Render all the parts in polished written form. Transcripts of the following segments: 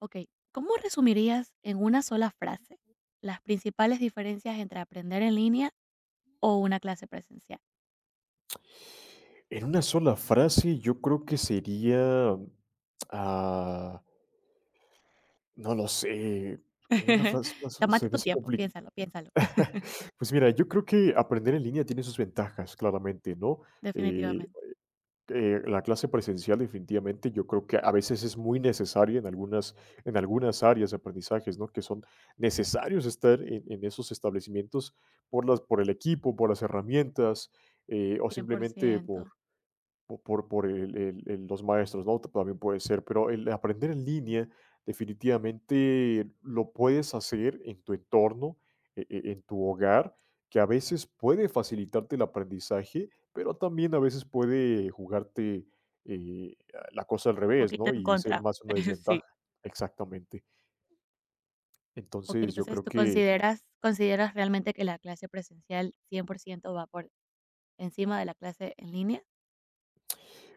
Ok, ¿cómo resumirías en una sola frase las principales diferencias entre aprender en línea o una clase presencial? En una sola frase, yo creo que sería, ah, no lo sé, en una frase una Tómate se me tu hace tiempo, complicado. piénsalo, piénsalo. Pues mira, yo creo que aprender en línea tiene sus ventajas, claramente, ¿no? Eh, Definitivamente. La clase presencial definitivamente yo creo que a veces es muy necesaria en algunas áreas de aprendizajes, ¿no? Que son necesarios estar en esos establecimientos por el equipo, por las herramientas, o simplemente por 100%. po- por, por el- el- el- los maestros, ¿no? También puede ser, pero el aprender en línea definitivamente lo puedes hacer en tu entorno, en tu hogar, que a veces puede facilitarte el aprendizaje, pero también a veces puede jugarte eh, la cosa al revés, Poquito ¿no? en Y ser contra. más una Sí. desventaja. Exactamente. Ok, Entonces, yo entonces creo tú que consideras, consideras realmente que la clase presencial 100% va por encima de la clase en línea.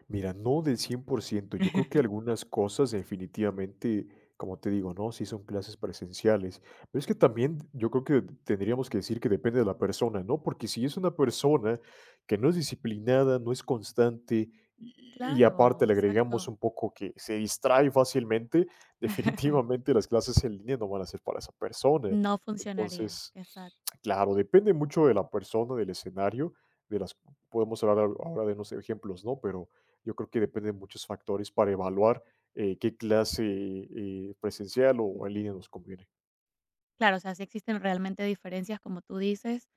Mira, no del 100%. Yo creo que algunas cosas definitivamente, como te digo, ¿no? Sí son clases presenciales. Pero es que también yo creo que tendríamos que decir que depende de la persona, ¿no? Porque si es una persona que no es disciplinada, no es constante y, y Claro, aparte le agregamos exacto. un poco que se distrae fácilmente, definitivamente las clases en línea no van a ser para esa persona. No funcionarían, Entonces, exacto. claro, depende mucho de la persona, del escenario, de las... Podemos hablar ahora de unos ejemplos, ¿no? Pero yo creo que depende de muchos factores para evaluar, qué clase, presencial o en línea nos conviene. Claro, o sea, sí existen realmente diferencias, como tú dices,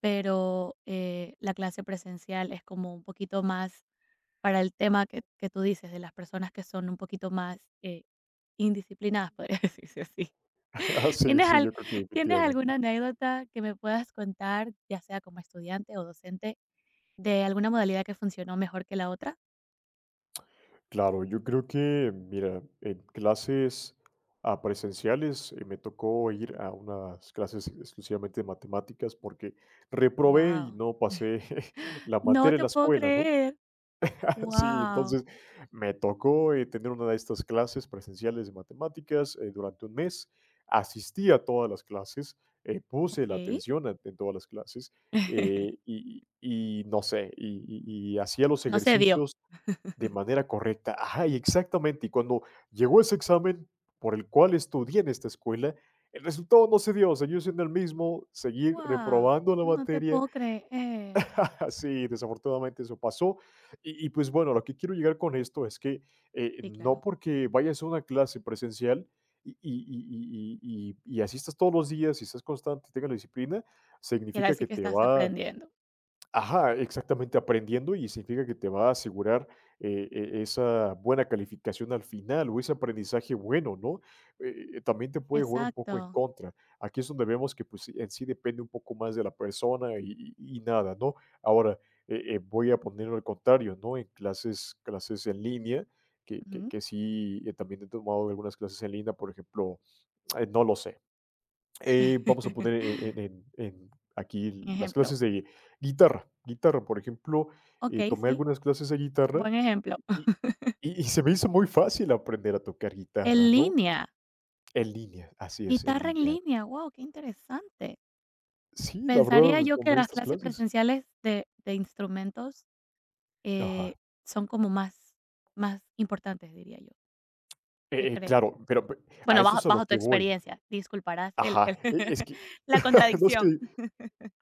pero la clase presencial es como un poquito más para el tema que tú dices, de las personas que son un poquito más indisciplinadas, podría decirse así. Ah, sí, ¿Tienes, sí, al- yo creo que ¿Tienes alguna definitivamente. anécdota que me puedas contar, ya sea como estudiante o docente, de alguna modalidad que funcionó mejor que la otra? Claro, yo creo que, mira, en clases, presenciales, me tocó ir a unas clases exclusivamente de matemáticas porque reprobé y Wow. no pasé la No materia en te la puedo escuela, ¿no? creer. Sí, Wow. entonces me tocó, tener una de estas clases presenciales de matemáticas, durante 1 mes. Asistí a todas las clases, puse Ok. la atención a en todas las clases, y no sé, y hacía los No se dio. ejercicios de manera correcta. Ajá, y exactamente, y cuando llegó ese examen por el cual estudié en esta escuela, el resultado no se dio, seguí siendo el mismo, seguí Wow. reprobando la No te materia. puedo creer. Sí, desafortunadamente eso pasó. Y pues bueno, lo que quiero llegar con esto es que Sí, no claro. porque vayas a una clase presencial y asistas todos los días y seas constante y tengas la disciplina, Quiere significa decir que que te estás va. aprendiendo. Ajá, exactamente, aprendiendo y significa que te va a asegurar, esa buena calificación al final, o ese aprendizaje bueno, ¿no? También te puede jugar un poco en Exacto. contra. Aquí es donde vemos que, pues, en sí depende un poco más de la persona y nada, ¿no? Ahora, voy a ponerlo al contrario, ¿no? En clases en línea, que que Ujú. que sí, también he tomado algunas clases en línea, por ejemplo, no lo sé. Vamos a poner en aquí Un las ejemplo. clases de guitarra. Guitarra, por ejemplo, Okey, tomé sí, algunas clases de guitarra buen ejemplo. y, y se me hizo muy fácil aprender a tocar guitarra, En ¿no? línea, En línea, así es, en guitarra en línea. línea. Wow, qué interesante. Sí, la Pensaría verdad, yo que tomé las estas clases clases. presenciales de instrumentos, eh, Ajá. son como más más importantes, diría yo. ¿Qué crees? Claro, a Bueno, eso bajo es a lo bajo tu que voy. experiencia, disculparás el Ajá. el Es que, la no es contradicción. que.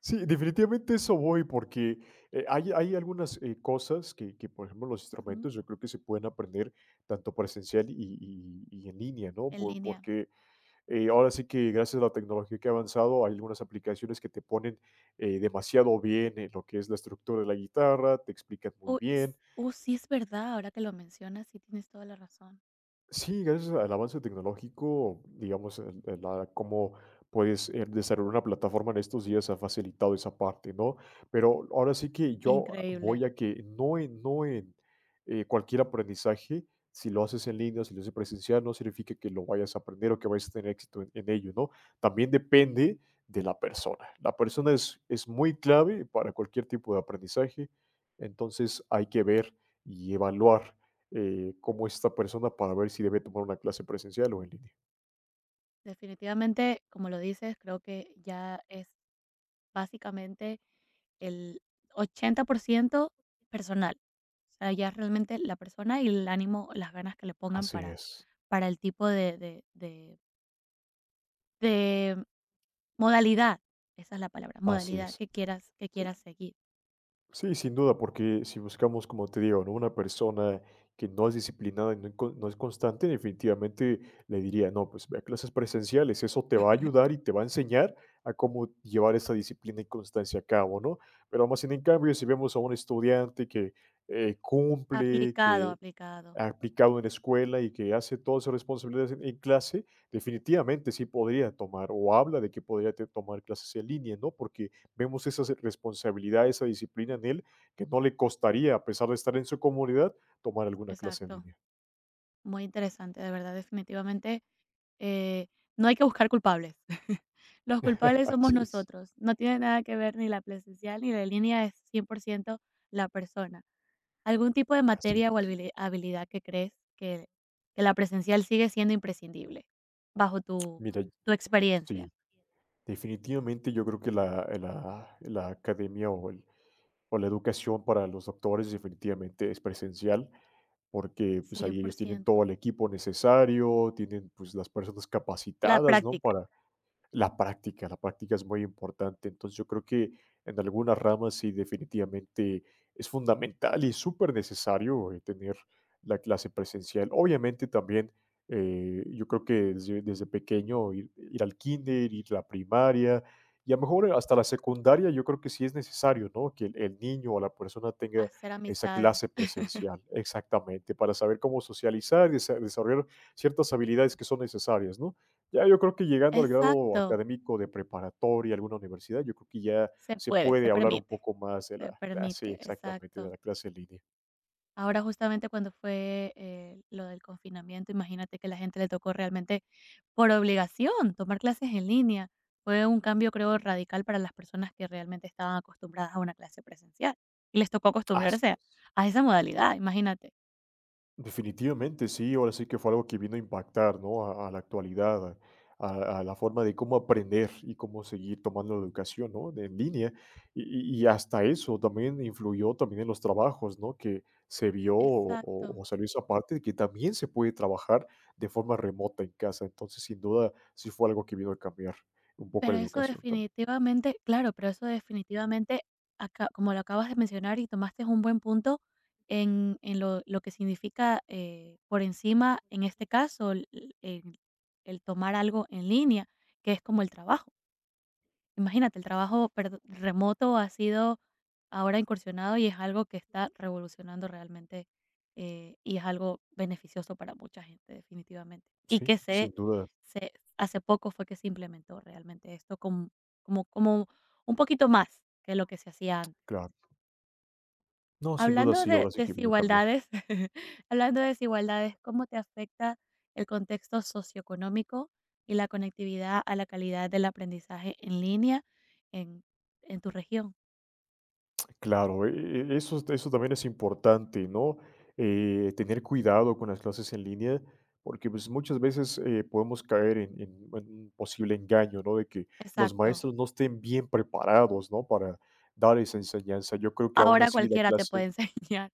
Sí, definitivamente eso voy, porque hay algunas cosas que, por ejemplo, los Ujú, instrumentos yo creo que se pueden aprender tanto presencial y en línea, ¿no? en línea. Porque ahora sí que gracias a la tecnología que ha avanzado, hay algunas aplicaciones que te ponen demasiado bien en lo que es la estructura de la guitarra, te explican muy Uy, s bien. oh, sí es verdad, ahora que lo mencionas, sí tienes toda la razón. Sí, gracias al avance tecnológico, digamos, cómo puedes desarrollar una plataforma en estos días ha facilitado esa parte, ¿no? Pero ahora sí que yo Increíble. voy a que no en cualquier aprendizaje, si lo haces en línea, si lo haces presencial, no significa que lo vayas a aprender o que vayas a tener éxito en ello, ¿no? También depende de la persona. La persona es muy clave para cualquier tipo de aprendizaje, entonces hay que ver y evaluar como esta persona para ver si debe tomar una clase presencial o en línea. Definitivamente, como lo dices, creo que ya es básicamente el 80% personal. O sea, ya es realmente la persona y el ánimo, las ganas que le pongan Así es, para el tipo de de modalidad. Esa es la palabra, así modalidad es. Que Sí, quieras seguir. sí, sin duda, porque si buscamos, como te digo, ¿no? una persona que no es disciplinada y no, no es constante, definitivamente le diría, no, pues ve a clases presenciales, eso te va a ayudar y te va a enseñar a cómo llevar esa disciplina y constancia a cabo, ¿no? Pero más sin en cambio, si vemos a un estudiante que cumple, Aplicado, que. aplicado. Aplicado en la escuela y que hace todas sus responsabilidades en clase, definitivamente sí podría tomar, o habla de que podría te tomar clases en línea, ¿no? Porque vemos esas responsabilidades, esa disciplina en él, que no le costaría, a pesar de estar en su comunidad, tomar alguna clase en Exacto. línea. Muy interesante, de verdad, definitivamente. Eh, no hay que buscar culpables. Los culpables somos Así es, nosotros. No tiene nada que ver ni la presencial ni la línea, es 100% la persona. ¿Algún tipo de así materia o es. habili- habilidad que crees que la presencial sigue siendo imprescindible bajo tu, Mira, tu experiencia? sí, definitivamente yo creo que la la academia o el o la educación para los doctores definitivamente es presencial. Porque, pues, Cien ahí por ellos tienen todo ciento. el equipo necesario, tienen, pues, las personas La capacitadas, ¿no? práctica, Para la práctica es muy importante. Entonces, yo creo que en algunas ramas sí definitivamente es fundamental y súper necesario tener la clase presencial. Obviamente también yo creo que desde, desde pequeño ir, ir al kinder, ir a la primaria y a lo mejor hasta la secundaria, yo creo que sí es necesario, ¿no? Que el niño o la persona tenga hacer esa amistades. clase presencial, exactamente, para saber cómo socializar y desarrollar ciertas habilidades que son necesarias, ¿no? Ya yo creo que llegando al grado Exacto, académico de preparatoria, alguna universidad, yo creo que ya se se puede, puede hablar un poco más de se la. Sí, permite, exactamente, de exacto. la clase en línea. Ahora justamente cuando fue, lo del confinamiento, imagínate que la gente le tocó realmente por obligación tomar clases en línea. Fue un cambio, creo, radical para las personas que realmente estaban acostumbradas a una clase presencial, y les tocó Así acostumbrarse a es. a esa modalidad, imagínate. Definitivamente, sí, ahora sí que fue algo que vino a impactar, ¿no? A la actualidad, a la forma de cómo aprender y cómo seguir tomando la educación, ¿no? En línea. Y hasta eso también influyó también en los trabajos, ¿no? Que se vio Exacto. O salió esa parte de que también se puede trabajar de forma remota en casa. Entonces, sin duda, sí fue algo que vino a cambiar un poco Pero la eso educación también. definitivamente claro, pero eso definitivamente aca como lo acabas de mencionar y tomaste un buen punto en en lo que significa, por encima, en este caso, el el tomar algo en línea, que es como el trabajo. Imagínate, el trabajo perdo- remoto ha sido ahora incursionado y es algo que está revolucionando realmente y es algo beneficioso para mucha gente, definitivamente. Y Sí, que sin se, duda, se hace poco fue que se implementó realmente esto como, como, como un poquito más que lo que se hacía antes. claro. No, sin duda, Hablando sí, de ahora sí que vino a cambiar. desigualdades, hablando de desigualdades, ¿cómo te afecta el contexto socioeconómico y la conectividad a la calidad del aprendizaje en línea en, en tu región? Claro, eso también es importante, ¿no? Tener cuidado con las clases en línea, porque, pues, muchas veces, podemos caer en en un posible engaño, ¿no? De que los Exacto. maestros no estén bien preparados, ¿no? Para dar esa enseñanza. Yo creo que aún Ahora así la cualquiera te puede clase. enseñar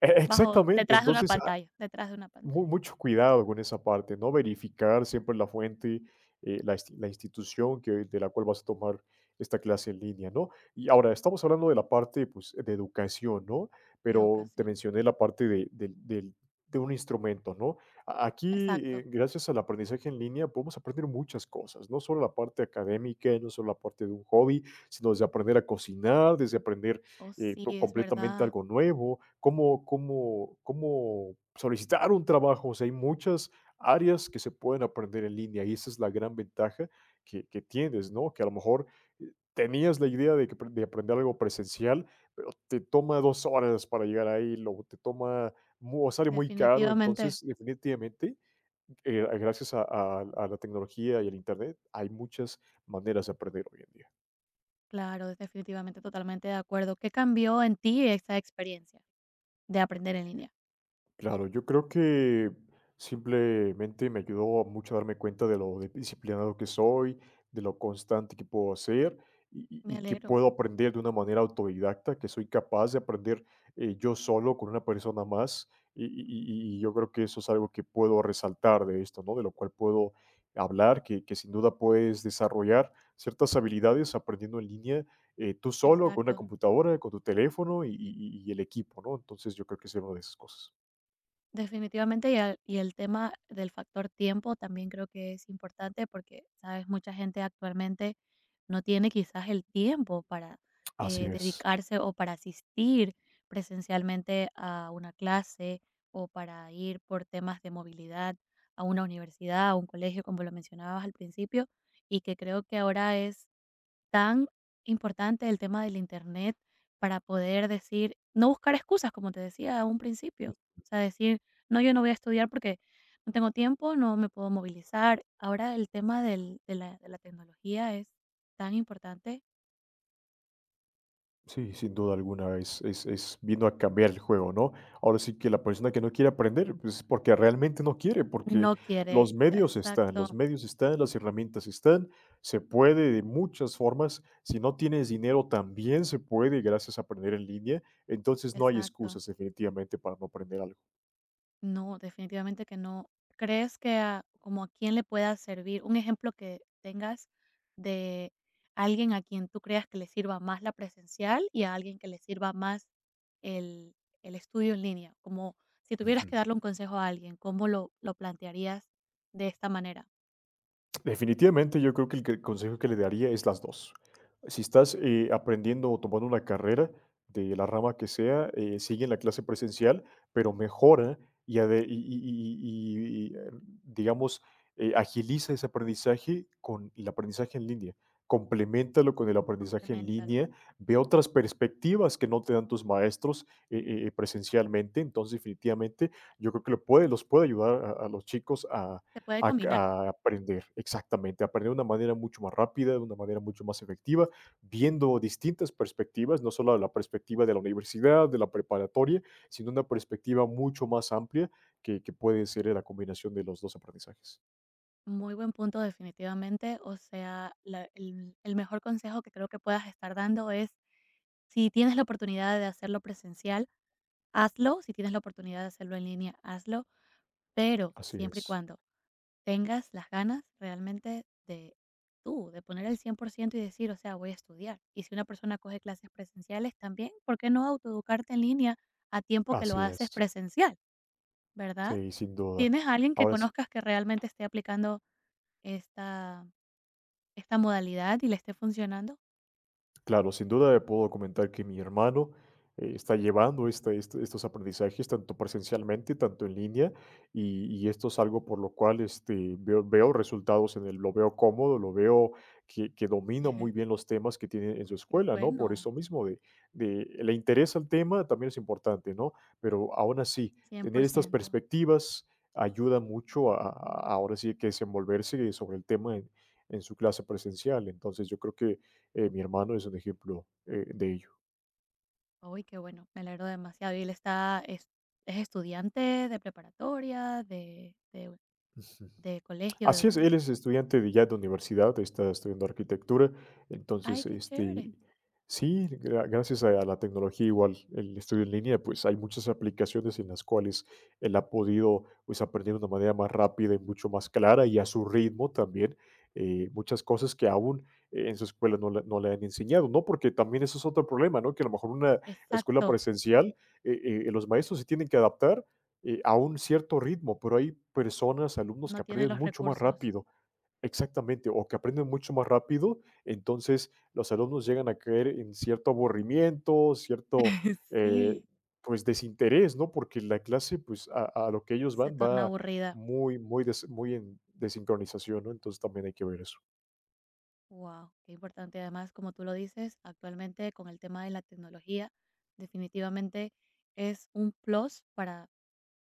bajo, Exactamente. detrás de una Entonces pantalla, detrás de una mu pantalla. mucho cuidado con esa parte, ¿no? Verificar siempre la fuente, la, la institución que, de la cual vas a tomar esta clase en línea, ¿no? Y ahora, estamos hablando de la parte, pues, de educación, ¿no? Pero te Educación. mencioné la parte de, de un instrumento, ¿no? Aquí, Exacto. Gracias al aprendizaje en línea, podemos aprender muchas cosas, no solo la parte académica, no solo la parte de un hobby, sino desde aprender a cocinar, desde aprender Oh, sí, es completamente verdad. algo nuevo, cómo solicitar un trabajo. O sea, hay muchas áreas que se pueden aprender en línea y esa es la gran ventaja que tienes, ¿no? Que a lo mejor tenías la idea de aprender algo presencial, pero te toma 2 horas para llegar ahí, luego te toma, sale muy caro, Definitivamente, entonces definitivamente, gracias a la tecnología y al Internet, hay muchas maneras de aprender hoy en día. claro, definitivamente, totalmente de acuerdo. ¿Qué cambió en ti esa experiencia de aprender en línea? Claro, yo creo que simplemente me ayudó mucho a darme cuenta de lo disciplinado que soy, de lo constante que puedo ser Me y que alegro. puedo aprender de una manera autodidacta, que soy capaz de aprender yo solo con una persona más. Y yo creo que eso es algo que puedo resaltar de esto, ¿no? De lo cual puedo hablar, que sin duda puedes desarrollar ciertas habilidades aprendiendo en línea tú solo, con Exacto. una computadora, con tu teléfono y el equipo, ¿no? Entonces yo creo que es una de esas cosas. Definitivamente, y el tema del factor tiempo también creo que es importante porque, sabes, mucha gente actualmente no tiene quizás el tiempo para Así es. dedicarse o para asistir presencialmente a una clase o para ir por temas de movilidad a una universidad, a un colegio, como lo mencionabas al principio, y que creo que ahora es tan importante el tema del internet para poder decir, no buscar excusas, como te decía a un principio. O sea, decir, no, yo no voy a estudiar porque no tengo tiempo, no me puedo movilizar. Ahora el tema de la tecnología es tan importante. Sí, sin duda alguna es vino a cambiar el juego, ¿no? Ahora sí que la persona que no quiere aprender, pues, es porque realmente no quiere, porque No quiere. Los Exacto, medios están, las herramientas están, se puede de muchas formas. Si no tienes dinero, también se puede gracias a aprender en línea. Entonces, no hay exacto. excusas definitivamente para no aprender algo. No, definitivamente que no. ¿Crees que a como a quién le pueda servir un ejemplo que tengas de alguien a quien tú creas que le sirva más la presencial y a alguien que le sirva más el el estudio en línea? Como si tuvieras Ujú. que darle un consejo a alguien, ¿cómo lo plantearías de esta manera? Definitivamente, yo creo que el que consejo que le daría es las 2. Si estás, aprendiendo o tomando una carrera de la rama que sea, sigue en la clase presencial, pero mejora y ade y digamos, agiliza ese aprendizaje con el aprendizaje en línea. Compleméntalo con el aprendizaje en Compleméntalo. línea, ve otras perspectivas que no te dan tus maestros, presencialmente. Entonces, definitivamente, yo creo que lo puede los puede ayudar a los chicos a Se puede a combinar. a aprender. Exactamente, aprender de una manera mucho más rápida, de una manera mucho más efectiva, viendo distintas perspectivas, no solo la perspectiva de la universidad, de la preparatoria, sino una perspectiva mucho más amplia que puede ser, la combinación de los dos aprendizajes. Muy buen punto, definitivamente. O sea, la el mejor consejo que creo que puedas estar dando es, si tienes la oportunidad de hacerlo presencial, hazlo. Si tienes la oportunidad de hacerlo en línea, hazlo, pero Así siempre y es, cuando tengas las ganas realmente de tú, de poner el 100% y decir, o sea, voy a estudiar. Y si una persona coge clases presenciales también, ¿por qué no autoeducarte en línea a tiempo que lo así haces es. presencial, verdad? Sí, sin duda. ¿Tienes a alguien que Ahora sí. conozcas que realmente esté aplicando esta, esta modalidad y le esté funcionando? Claro, sin duda puedo comentar que mi hermano está llevando estos aprendizajes tanto presencialmente, tanto en línea, y esto es algo por lo cual este, veo resultados en él, lo veo cómodo, lo veo que domina muy bien los temas que tiene en su Qué escuela, ¿no? Por bueno, eso mismo, de, le interesa el tema, también es importante, ¿no? Pero aún así, cien tener por estas ciento. perspectivas ayuda mucho a, a ahora sí que desenvolverse sobre el tema en su clase presencial. Entonces, yo creo que mi hermano es un ejemplo de ello. Uy, qué bueno, me alegro demasiado. ¿Y él está, es estudiante de preparatoria, de colegio? De Así es, donde. él es estudiante de ya de universidad, está estudiando arquitectura, Ay, entonces, qué chévere. este, sí, gracias a la tecnología, igual el estudio en línea, pues hay muchas aplicaciones en las cuales él ha podido pues, aprender de una manera más rápida y mucho más clara y a su ritmo también, muchas cosas que aún en su escuela no, no le han enseñado, ¿no? Porque también eso es otro problema, ¿no? Que a lo mejor una escuela Exacto, presencial, eh, los maestros se tienen que adaptar a un cierto ritmo, pero hay personas, alumnos no que tiene aprenden los mucho más recursos. rápido, exactamente, o que aprenden mucho más rápido, entonces los alumnos llegan a caer en cierto aburrimiento, cierto, eh, Sí, pues, desinterés, ¿no? Porque la clase, pues, a lo que ellos se van torna va aburrida. muy, muy, muy en desincronización, ¿no? Entonces también hay que ver eso. Wow, qué importante. Además, como tú lo dices, actualmente con el tema de la tecnología, definitivamente es un plus para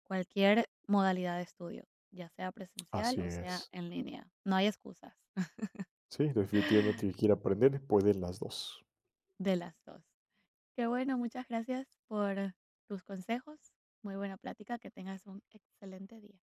cualquier modalidad de estudio, ya sea presencial Así o sea es. en línea. No hay excusas Sí, definitivamente quien quiera aprender puede en las dos. de las dos. Qué bueno, muchas gracias por tus consejos. Muy buena plática, que tengas un excelente día.